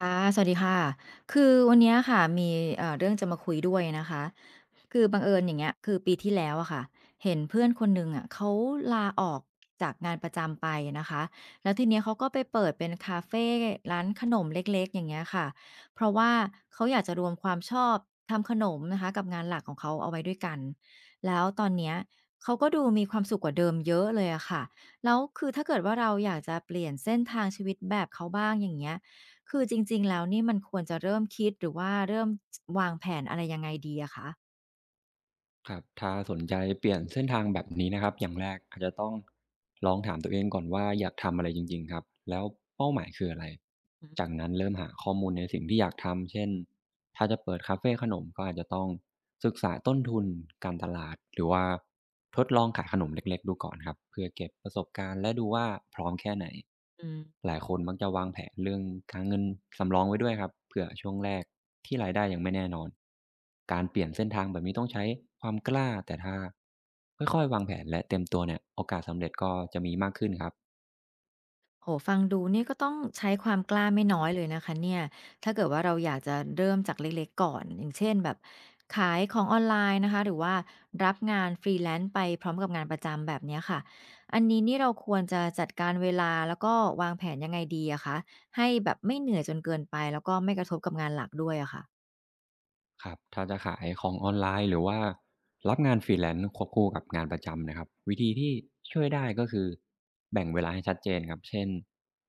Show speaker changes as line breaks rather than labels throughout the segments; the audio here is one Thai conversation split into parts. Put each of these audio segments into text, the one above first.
ค่ะสวัสดีค่ะคือวันเนี้ยค่ะมีเรื่องจะมาคุยด้วยนะคะคือบังเอิญอย่างเงี้ยคือปีที่แล้วอะค่ะเห็นเพื่อนคนหนึ่งอะเขาลาออกจากงานประจำไปนะคะแล้วทีเนี้ยเขาก็ไปเปิดเป็นคาเฟร้านขนมเล็กๆอย่างเงี้ยค่ะเพราะว่าเขาอยากจะรวมความชอบทำขนมนะคะกับงานหลักของเขาเอาไว้ด้วยกันแล้วตอนเนี้ยเขาก็ดูมีความสุขกว่าเดิมเยอะเลยอะค่ะแล้วคือถ้าเกิดว่าเราอยากจะเปลี่ยนเส้นทางชีวิตแบบเขาบ้างอย่างเงี้ย คือจริงๆแล้วนี่มันควรจะเริ่มคิดหรือว่าเริ่มจวางแผนอะไรยังไงดีอะคะ
ครับถ้าสนใจเปลี่ยนเส้นทางแบบนี้นะครับอย่างแรกอาจจะต้องลองถามตัวเองก่อนว่าอยากทำอะไรจริงๆครับแล้วเป้าหมายคืออะไร
อื
จาก
อ
นั้นเริ่มหาข้อมูลในสิ่งที่อยากทำเช่น ถ้าจะเปิดคาเฟขนมก็อาจจะต้องศึกษาต้นทุนการตลาดหรือว่าทดลองขายขนมเล็กๆดูก่อนครับเพื่อเก็บประสบการณ์และดูว่าพร้อมแค่ไหน
อืม
หลายคนมักจะวางแผนเรื่องการเงินสำรองไว้ด้วยครับเผื่อช่วงแรกที่รายได้ยังไม่แน่นอนการเปลี่ยนเส้นทางแบบนี้ต้องใช้ความกล้าแต่ถ้าค่อยๆวางแผนและเต็มตัวเนี่ยโอกาสสำเร็จก็จะมีมากขึ้นครับ
โอ้โฮฟังดูนี่ก็ต้องใช้ความกล้าไม่น้อยเลยนะคะเนี่ยถ้าเกิดว่าเราอยากจะเริ่มจากเล็กๆก่อนอย่างเช่นแบบขายของออนไลน์นะคะหรือว่ารับงาน Freelance ไปพร้อมกับงานประจำแบบเนี้ยค่ะอันนี้นี่เราควรจะจัดการเวลาแล้วก็วางแผนยังไงดีอะคะให้แบบไม่เหนื่อยจนเกินไปแล้วก็ไม่กระทบกับงานหลักด้วยอะค่ะ
ครับถ้าจะขายของออนไลน์หรือว่ารับงาน Freelance ควบคู่กับงานประจำนะครับวิธีที่ช่วยได้ก็คือแบ่งเวลาให้ชัดเจนครับเช่น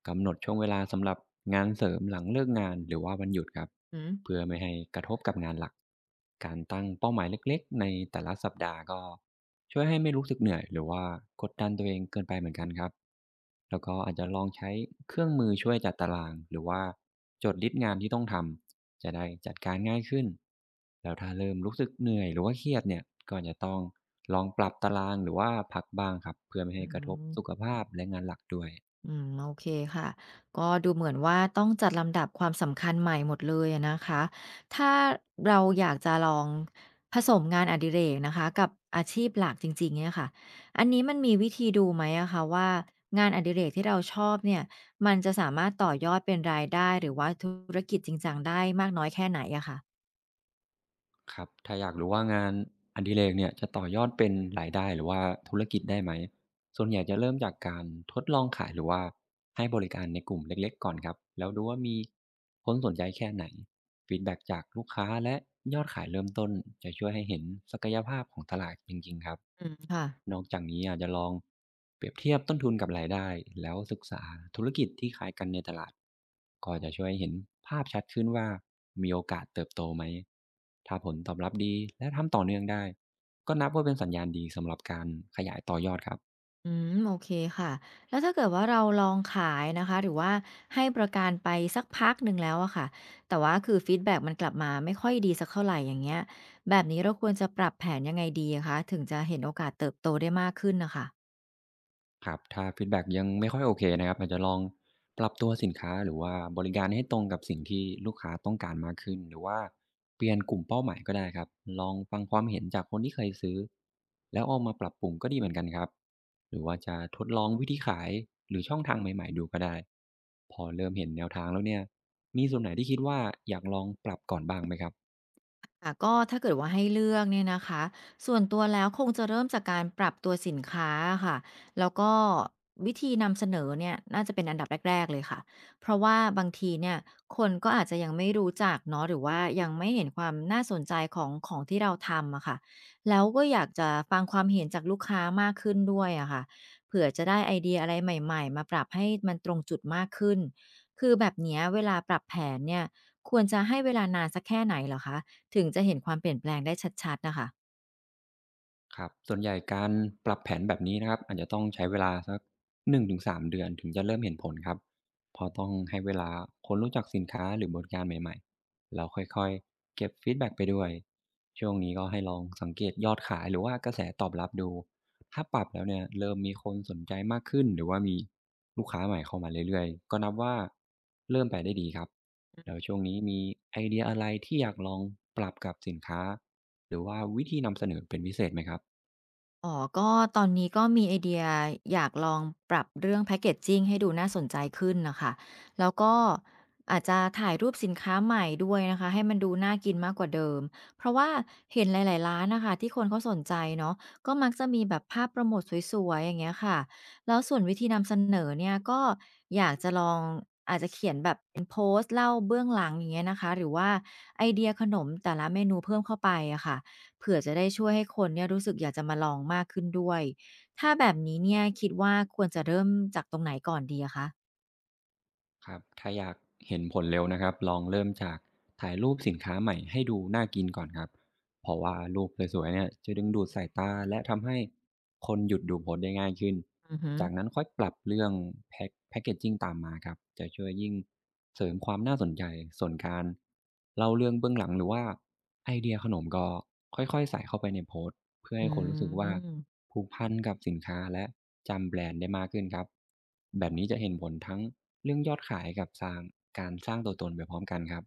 กำหนดช่วงเวลาสำหรับงานเสริมหลังเลิกงานหรือว่าวันหยุดครับ
หือ
เพื่อไม่ให้กระทบกับงานหลักการตั้งเป้าหมายเล็กๆในแต่ละสัปดาห์ก็ช่วยให้ไม่รู้สึกเหนื่อยหรือว่ากดดันตัวเองเกินไปเหมือนกันครับแล้วก็อาจจะลองใช้เครื่องมือช่วยจัดตารางหรือว่าจดลิสต์งานที่ต้องทำ จะได้จัดการง่ายขึ้นแล้วถ้าเริ่มรู้สึกเหนื่อยหรือว่าเครียดเนี่ยก็จะต้องลองปรับตารางหรือว่าพักบ้างครับเพื่อไม่
อื
ให้กระทบสุข
ม
ภาพและงานหลักด้วย
อืมโอเคค่ะก็ดูเหมือนว่าต้องจัดลำดับความสำคัญใหม่หมดเลยอะนะคะถ้าเราอยากจะลองผสมงานอดิเรกนะคะกับอาชีพหลักจริงๆเนี่ยค่ะอันนี้มันมีวิธีดูไหมอะคะว่างานอดิเรกที่เราชอบเนี่ยมันจะสามารถต่อยอดเป็นรายได้หรือว่าธุรกิจจริงจังได้มากน้อยแค่ไหนอะค่ะ
ครับถ้าอยากรู้ว่างานอดิเรกเนี่ยจะต่อยอดเป็นรายได้หรือว่าธุรกิจได้ไหม ส่วนใหญ่จะเริ่มจากการทดลองขายหรือว่าให้บริการในกลุ่มเล็กๆก่อนครับแล้วดูว่ามีคนสนใจแค่ไหนฟีดแบ็กจากลูกค้าและยอดขายเริ่มต้นจะช่วยให้เห็นศักยภาพของตลาดจริงๆครับ
อืมค่ะ
นอกจากนี้อาจจะลองเปรียบเทียบต้นทุนกับรายได้แล้วศึกษาธุรกิจที่ขายกันในตลาดก็จะช่วยให้เห็นภาพชัดขึ้นว่ามีโอกาสเติบโตไหมถ้าผลตอบรับดีและทำต่อเนื่องได้ก็นับว่าเป็นสัญญาณดีสำหรับการขยายต่อยอดครับ
อืมโอเคค่ะแล้วถ้าเกิดว่าเราลองขายนะคะหรือว่าให้ประกันไปสักพักหนึ่งแล้วอะค่ะแต่ว่าคือฟีดแบ็กมันกลับมาไม่ค่อยดีสักเท่าไหร่อย่างเงี้ยแบบนี้เราควรจะปรับแผนยังไงดีอะคะถึงจะเห็นโอกาสเติบโตได้มากขึ้นนะคะ
ครับถ้าฟีดแบ็กยังไม่ค่อยโอเคนะครับอาจจะลองปรับตัวสินค้าหรือว่าบริการให้ตรงกับสิ่งที่ลูกค้าต้องการมากขึ้นหรือว่าเปลี่ยนกลุ่มเป้าหมายก็ได้ครับลองฟังความเห็นจากคนที่เคยซื้อแล้วเอามาปรับปรุงก็ดีเหมือนกันครับหรือว่าจะทดลองวิธีขายหรือช่องทางใหม่ๆดูก็ได้พอเริ่มเห็นแนวทางแล้วเนี่ยมีส่วนไหนที่คิดว่าอยากลองปรับก่อนบ้างไหมครับ
ค่ะก็ถ้าเกิดว่าให้เลือกเนี่ยนะคะส่วนตัวแล้วคงจะเริ่มจากการปรับตัวสินค้าค่ะแล้วก็วิธีนำเสนอเนี่ยน่าจะเป็นอันดับแรกๆเลยค่ะเพราะว่าบางทีเนี่ยคนก็อาจจะยังไม่รู้จักเนาะหรือว่ายังไม่เห็นความน่าสนใจของของที่เราทำอะค่ะแล้วก็อยากจะฟังความเห็นจากลูกค้ามากขึ้นด้วยอะค่ะเผื่อจะได้ไอเดียอะไรใหม่ๆมาปรับให้มันตรงจุดมากขึ้นคือแบบเนี้ยเวลาปรับแผนเนี่ยควรจะให้เวลานานสักแค่ไหนเหรอคะ ถึงจะเห็นความเปลี่ยนแปลงได้ชัดๆน่ะค่ะ
ครับส่วนใหญ่การปรับแผนแบบนี้นะครับอาจจะต้องใช้เวลาสัก1-3เดือนถึงจะเริ่มเห็นผลครับเพราะต้องให้เวลาคนรู้จักสินค้าหรือบริการใหม่ๆแล้วค่อยๆเก็บฟีดแบ็กไปด้วยช่วงนี้ก็ให้ลองสังเกตยอดขายหรือว่ากระแสตอบรับดูถ้าปรับแล้วเนี่ยเริ่มมีคนสนใจมากขึ้นหรือว่ามีลูกค้าใหม่เข้ามาเรื่อยๆก็นับว่าเริ่มไปได้ดีครับแล้วช่วงนี้มีไอเดียอะไรที่อยากลองปรับกับสินค้าหรือว่าวิธีนำเสนอเป็นพิเศษไหมครับ
อ๋อก็ตอนนี้ก็มีไอเดียอยากลองปรับเรื่องแพ็กเกจจิงให้ดูน่าสนใจขึ้นน่ะค่ะแล้วก็อาจจะถ่ายรูปสินค้าใหม่ด้วยนะคะให้มันดูน่ากินมากกว่าเดิม เพราะว่าเห็นหลายๆร้านน่ะค่ะที่คนเขาสนใจเนาะก็มักจะมีแบบภาพโปรโมตสวยๆอย่างเงี้ยค่ะ แล้วส่วนวิธีนำเสนอเนี่ยก็อยากจะลองอาจจะเขียนแบบเป็นโพสต์เล่าเบื้องหลังอย่างเงี้ยนะคะหรือว่าไอเดียขนมแต่ละเมนูเพิ่มเข้าไปอะค่ะ เผื่อจะได้ช่วยให้คนเนี่ยรู้สึกอยากจะมาลองมากขึ้นด้วย ถ้าแบบนี้เนี่ยคิดว่าควรจะเริ่มจากตรงไหนก่อนดีอะคะ
ครับถ้าอยากเห็นผลเร็วนะครับลองเริ่มจากถ่ายรูปสินค้าใหม่ให้ดูน่ากินก่อนครับเพราะว่ารูปสวยๆเนี่ยจะดึงดูดสายตาและทำให้คนหยุดดูโพสต์ได้ง่ายขึ้น
อือฮึ
จากนั้นค่อยปรับเรื่องแพคเกจจิ้งตามมาครับจะช่วยยิ่งเสริมความน่าสนใจส่วนการเล่าเรื่องเบื้องหลังหรือว่าไอเดียขนมก็ค่อยๆใส่เข้าไปในโพสต์เพื่อ
อื
ให้คนรู้สึกว่า
ม
ผูกพันกับสินค้าและ จำแบรนด์ได้มากขึ้นครับแบบนี้จะเห็นผลทั้งเรื่องยอดขายกับสร้างการสร้างตัวตนไปพร้อมกันครับ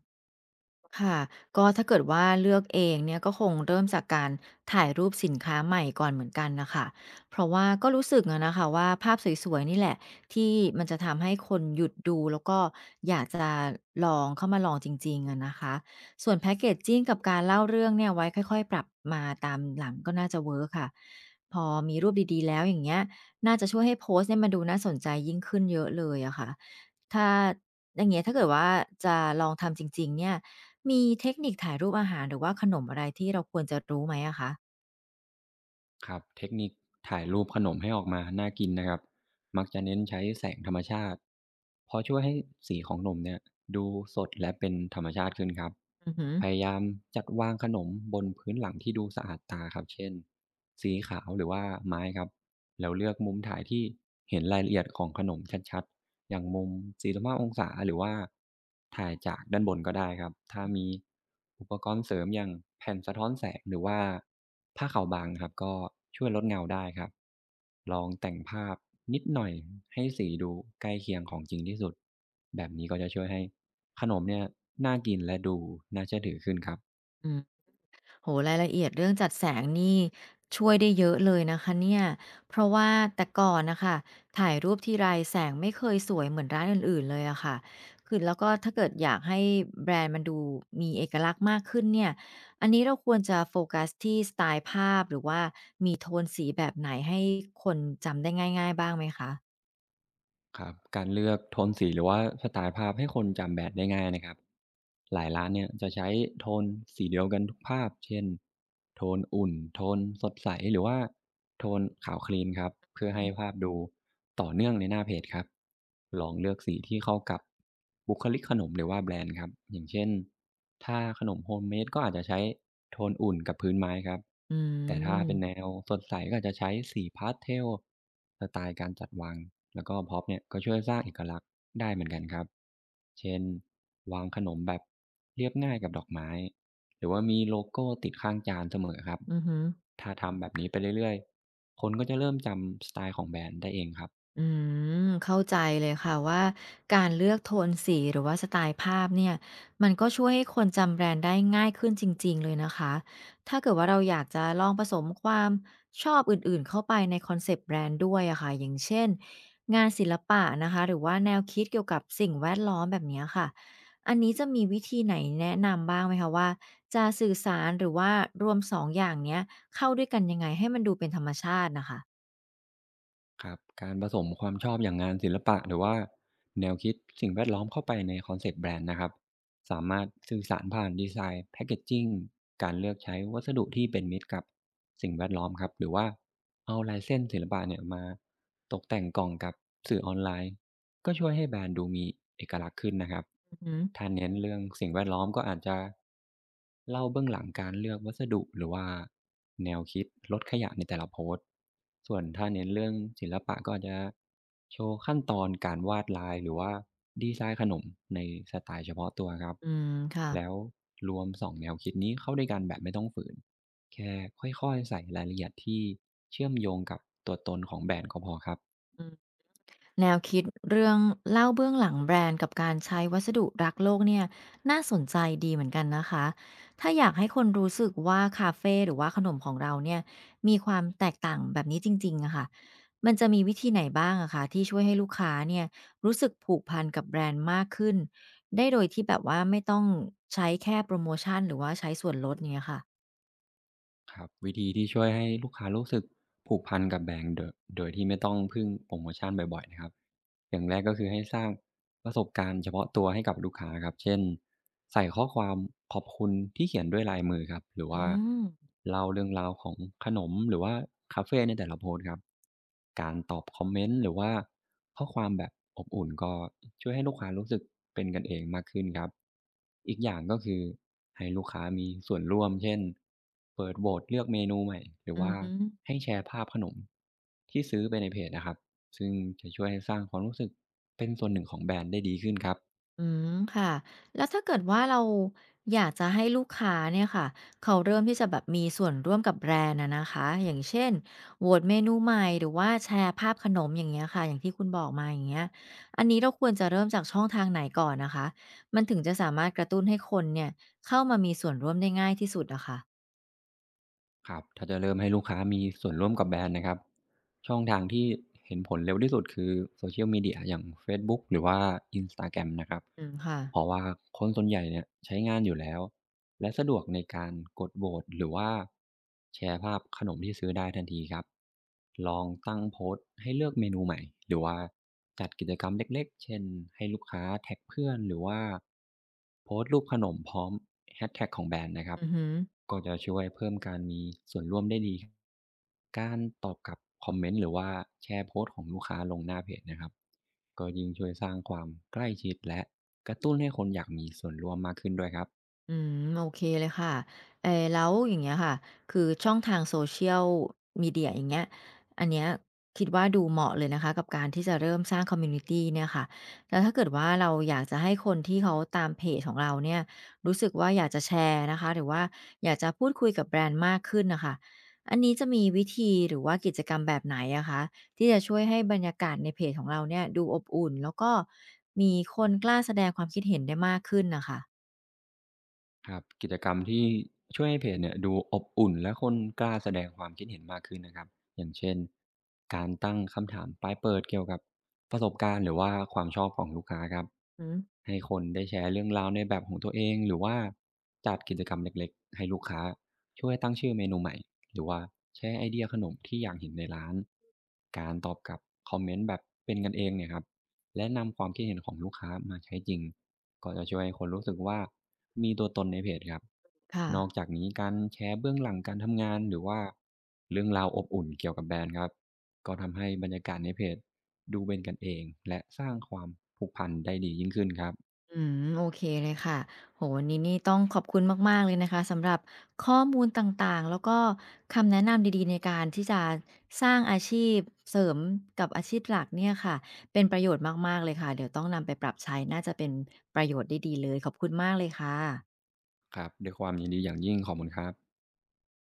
ค่ะก็ถ้าเกิดว่าเลือกเองเนี่ยก็คงเริ่มจากการถ่ายรูปสินค้าใหม่ก่อนเหมือนกันนะคะเพราะว่าก็รู้สึกอะนะคะว่าภาพสวยๆนี่แหละที่มันจะทำให้คนหยุดดูแล้วก็อยากจะลองเข้ามาลองจริงๆอะนะคะส่วนแพ็กเกจจิงกับการเล่าเรื่องเนี่ยไว้ค่อยๆปรับมาตามหลังก็น่าจะเวิร์คค่ะพอมีรูปดีๆแล้วอย่างเงี้ยน่าจะช่วยให้โพสต์เนี่ยมันดูน่าสนใจยิ่งขึ้นเยอะเลยอะค่ะถ้าอย่างเงี้ยถ้าเกิดว่าจะลองทำจริงๆเนี่ย มีเทคนิคถ่ายรูปอาหารหรือว่าขนมอะไรที่เราควรจะรู้ไหมอะคะ
ครับเทคนิคถ่ายรูปขนมให้ออกมาน่ากินนะครับมักจะเน้นใช้แสงธรรมชาติเพราะช่วยให้สีของนมเนี่ยดูสดและเป็นธรรมชาติขึ้นครับ
อือฮึ
พยายามจัดวางขนมบนพื้นหลังที่ดูสะอาดตาครับเช่นสีขาวหรือว่าไม้ครับแล้วเลือกมุมถ่ายที่เห็นรายละเอียดของขนมชัด อย่างมุมสสิบห้า5องศาหรือว่าถ่ายจากด้านบนก็ได้ครับถ้ามีอุปกรณ์เสริมอย่างแผ่นสะท้อนแสงหรือว่าผ้าขาวบางครับก็ช่วยลดเงาได้ครับลองแต่งภาพนิดหน่อยให้สีดูใกล้เคียงของจริงที่สุดแบบนี้ก็จะช่วยให้ขนมเนี่ยน่ากินและดูน่าเชื่อถือขึ้นครับ
อืมโอ้โฮรายละเอียดเรื่องจัดแสงนี่ช่วยได้เยอะเลยนะคะเนี่ยเพราะว่าแต่ก่อนน่ะค่ะถ่ายรูปทีไรแสงไม่เคยสวยเหมือนร้านอื่นๆเลยอะค่ะคือแล้วก็ถ้าเกิดอยากให้แบรนด์มันดูมีเอกลักษณ์มากขึ้นเนี่ยอันนี้เราควรจะโฟกัสที่สไตล์ภาพหรือว่ามีโทนสีแบบไหนให้คนจำได้ง่ายๆบ้างไหมคะ
ครับการเลือกโทนสีหรือว่าสไตล์ภาพให้คนจำแบรนด์ได้ง่ายนะครับหลายร้านเนี่ยจะใช้โทนสีเดียวกันทุกภาพเช่นโทนอุ่นโทนสดใสหรือว่าโทนขาวคลีนครับเพื่อให้ภาพดูต่อเนื่องในหน้าเพจครับลองเลือกสีที่เข้ากับบุคลิกขนมหรือว่าแบรนด์ครับอย่างเช่นถ้าขนมโฮมเมดก็อาจจะใช้โทนอุ่นกับพื้นไม้ครับ
อื
แต่ถ้าเป็นแน
ม
วสดใสก็อาจจะใช้สีพาสเทลสไตล์การจัดวางแล้วก็พ็อปเนี่ยก็ช่วยสร้างเอกลักษณ์ได้เหมือนกันครับเช่นวางขนมแบบเรียบง่ายกับดอกไม้หรือว่ามีโลโก้ติดข้างจานเสมอครับ
อือฮึ
ถ้าทำแบบนี้ไปเรื่อยๆคนก็จะเริ่มจำสไตล์ของแบรนด์ได้เองครับ
อืมเข้าใจเลยค่ะว่าการเลือกโทนสีหรือว่าสไตล์ภาพเนี่ยมันก็ช่วยให้คนจำแบรนด์ได้ง่ายขึ้นจริงๆเลยนะคะถ้าเกิดว่าเราอยากจะลองผสมความชอบอื่นๆเข้าไปในคอนเซปต์แบรนด์ด้วยอะค่ะอย่างเช่นงานศิลปะนะคะหรือว่าแนวคิดเกี่ยวกับสิ่งแวดล้อมแบบเนี้ยค่ะอันนี้จะมีวิธีไหนแนะนำบ้างไหมคะว่าจะสื่อสารหรือว่ารวมสองอย่างเนี้ยเข้าด้วยกันยังไงให้มันดูเป็นธรรมชาตินะคะ
ครับการผสมความชอบอย่างงานศิลปะหรือว่าแนวคิดสิ่งแวดล้อมเข้าไปในคอนเซปต์แบรนด์นะครับสามารถสื่อสารผ่านดีไซน์แพคเกจจิ้งการเลือกใช้วัสดุที่เป็นมิตรกับสิ่งแวดล้อมครับหรือว่าเอาลายเส้นศิลปะเนี่ยมาตกแต่งกล่องกับสื่อออนไลน์ก็ช่วยให้แบรนด์ดูมีเอกลักษณ์ขึ้นนะครับ
อืม
ถ้าเน้นเรื่องสิ่งแวดล้อมก็อาจจะ เล่าเบื้องหลังการเลือกวัสดุหรือว่าแนวคิดลดขยะในแต่ละโพสต์ส่วนถ้าเน้นเรื่องศิลปะก็อาจจะโชว์ขั้นตอนการวาดลายหรือว่าดีไซน์ขนมในสไตล์เฉพาะตัวครับ
อืมค่ะ
แล้วรวมสองแนวคิดนี้เข้าด้วยกันแบบไม่ต้องฝืนแค่ค่อยๆใส่รายละเอียดที่เชื่อมโยงกับตัวตนของแบรนด์ก็พอครับ
แนวคิดเรื่องเล่าเบื้องหลังแบรนด์กับการใช้วัสดุรักโลกเนี่ยน่าสนใจดีเหมือนกันนะคะถ้าอยากให้คนรู้สึกว่าคาเฟ่หรือว่าขนมของเราเนี่ยมีความแตกต่างแบบนี้จริงๆอะค่ะมันจะมีวิธีไหนบ้างอะคะที่ช่วยให้ลูกค้าเนี่ยรู้สึกผูกพันกับแบรนด์มากขึ้นได้โดยที่แบบว่าไม่ต้องใช้แค่โปรโมชั่นหรือว่าใช้ส่วนลดเนี่ยค่ะ
ครับวิธีที่ช่วยให้ลูกค้ารู้สึกผูกพันกับแบรนด์โดยที่ไม่ต้องพึ่งโปรโมชั่นบ่อยๆนะครับอย่างแรกก็คือให้สร้างประสบการณ์เฉพาะตัวให้กับลูกค้าครับเช่นใส่ข้อความขอบคุณที่เขียนด้วยลายมือครับหรือ
อื
ว่า
ม
เล่าเรื่องราวของขนมหรือว่าคาเฟในแต่ละโพสต์ครับการตอบคอมเมนต์หรือว่า ข้อความแบบอบอุ่นก็ช่วยให้ลูกค้ารู้สึกเป็นกันเองมากขึ้นครับอีกอย่างก็คือให้ลูกค้ามีส่วนร่วมเช่นเปิดโหวตเลือกเมนูใหม่หรือ
อื
ว่า
ม
ให้แชร์ภาพขนมที่ซื้อไปในเพจนะครับซึ่งจะช่วยให้สร้างความรู้สึกเป็นส่วนหนึ่งของแบรนด์ได้ดีขึ้นครับ
อืมค่ะแล้วถ้าเกิดว่าเราอยากจะให้ลูกค้าเนี่ยค่ะเขาเริ่มที่จะแบบมีส่วนร่วมกับแบรนด์อะนะคะอย่างเช่นโหวตเมนูใหม่หรือว่าแชร์ภาพขนมอย่างเงี้ยค่ะอย่างที่คุณบอกมาอย่างเงี้ยอันนี้เราควรจะเริ่มจากช่องทางไหนก่อนนะคะมันถึงจะสามารถกระตุ้นให้คนเนี่ยเข้ามามีส่วนร่วมได้ง่ายที่สุดอะค่ะ
ครับถ้าจะเริ่มให้ลูกค้ามีส่วนร่วมกับแบรนด์นะครับช่องทางที่เห็นผลเร็วที่สุดคือโซเชียลมีเดียอย่างเฟซบุ๊กหรือว่าอินสตาแกรมนะครับ
อืมค่ะ
เพราะว่าคนส่วนใหญ่เนี่ยใช้งานอยู่แล้ว และสะดวกในการกดโหวตหรือว่าแชร์ภาพขนมที่ซื้อได้ทันทีครับลองตั้งโพสต์ให้เลือกเมนูใหม่หรือว่าจัดกิจกรรมเล็กๆเช่นให้ลูกค้าแท็กเพื่อนหรือว่าโพสต์รูปขนมพร้อมแฮชแท็กของแบรนด์นะครับ
อือหือ
ก็จะช่วยเพิ่มการมีส่วนร่วมได้ดีครับการตอบกลับคอมเมนต์หรือว่าแชร์โพสต์ของลูกค้าลงหน้าเพจนะครับก็ยิ่งช่วยสร้างความใกล้ชิดและกระตุ้นให้คนอยากมีส่วนร่วมมากขึ้นด้วยครับ
อืมโอเคเลยค่ะเออแล้วอย่างเงี้ยค่ะคือช่องทาง Social Media อย่างเงี้ยอันเนี้ยคิดว่าดูเหมาะเลยนะคะกับการที่จะเริ่มสร้างคอมมิวนิตีเนี่ยค่ะแล้วถ้าเกิดว่าเราอยากจะให้คนที่เขาตามเพจของเราเนี่ยรู้สึกว่าอยากจะแชร์นะคะหรือว่าอยากจะพูดคุยกับแบรนด์มากขึ้นนะคะอันนี้จะมีวิธีหรือว่ากิจกรรมแบบไหนอะคะที่จะช่วยให้บรรยากาศในเพจของเราเนี่ยดูอบอุ่นแล้วก็มีคนกล้าแสดงความคิดเห็นได้มากขึ้นนะคะ
ครับกิจกรรมที่ช่วยให้เพจเนี่ยดูอบอุ่นและคนกล้าแสดงความคิดเห็นมากขึ้นนะครับอย่างเช่นการตั้งคำถามปลายเปิดเกี่ยวกับประสบการณ์หรือว่าความชอบของลูกค้าครับ
อืม
ให้คนได้แชร์เรื่องราวในแบบของตัวเองหรือว่าจัดกิจกรรมเล็กๆให้ลูกค้าช่วยตั้งชื่อเมนูใหม่หรือว่าแชร์ไอเดียขนมที่อยากเห็นในร้านการตอบกลับคอมเมนต์แบบเป็นกันเองเนี่ยครับและนำความคิดเห็นของลูกค้ามาใช้จริง ก็จะช่วยให้คนรู้สึกว่ามีตัวตนในเพจครับ
ค่ะ
นอกจากนี้การแชร์เบื้องหลังการทำงานหรือว่าเรื่องราวอบอุ่นเกี่ยวกับแบรนด์ครับก็ทำให้บรรยากาศในเพจดูเป็นกันเองและสร้างความผูกพันได้ดียิ่งขึ้นครับ
อืมโอเคเลยค่ะโหวันนี้นี่ต้องขอบคุณมากๆเลยนะคะสำหรับข้อมูลต่างๆ แล้วก็คำแนะนำดีๆในการที่จะสร้างอาชีพเสริมกับอาชีพหลักเนี่ยค่ะเป็นประโยชน์มากๆเลยค่ะเดี๋ยวต้องนำไปปรับใช้น่าจะเป็นประโยชน์ได้ดีเลยขอบคุณมากเลยค่ะ
ครับด้วยความยินดีอย่างยิ่งขอบคุณครับ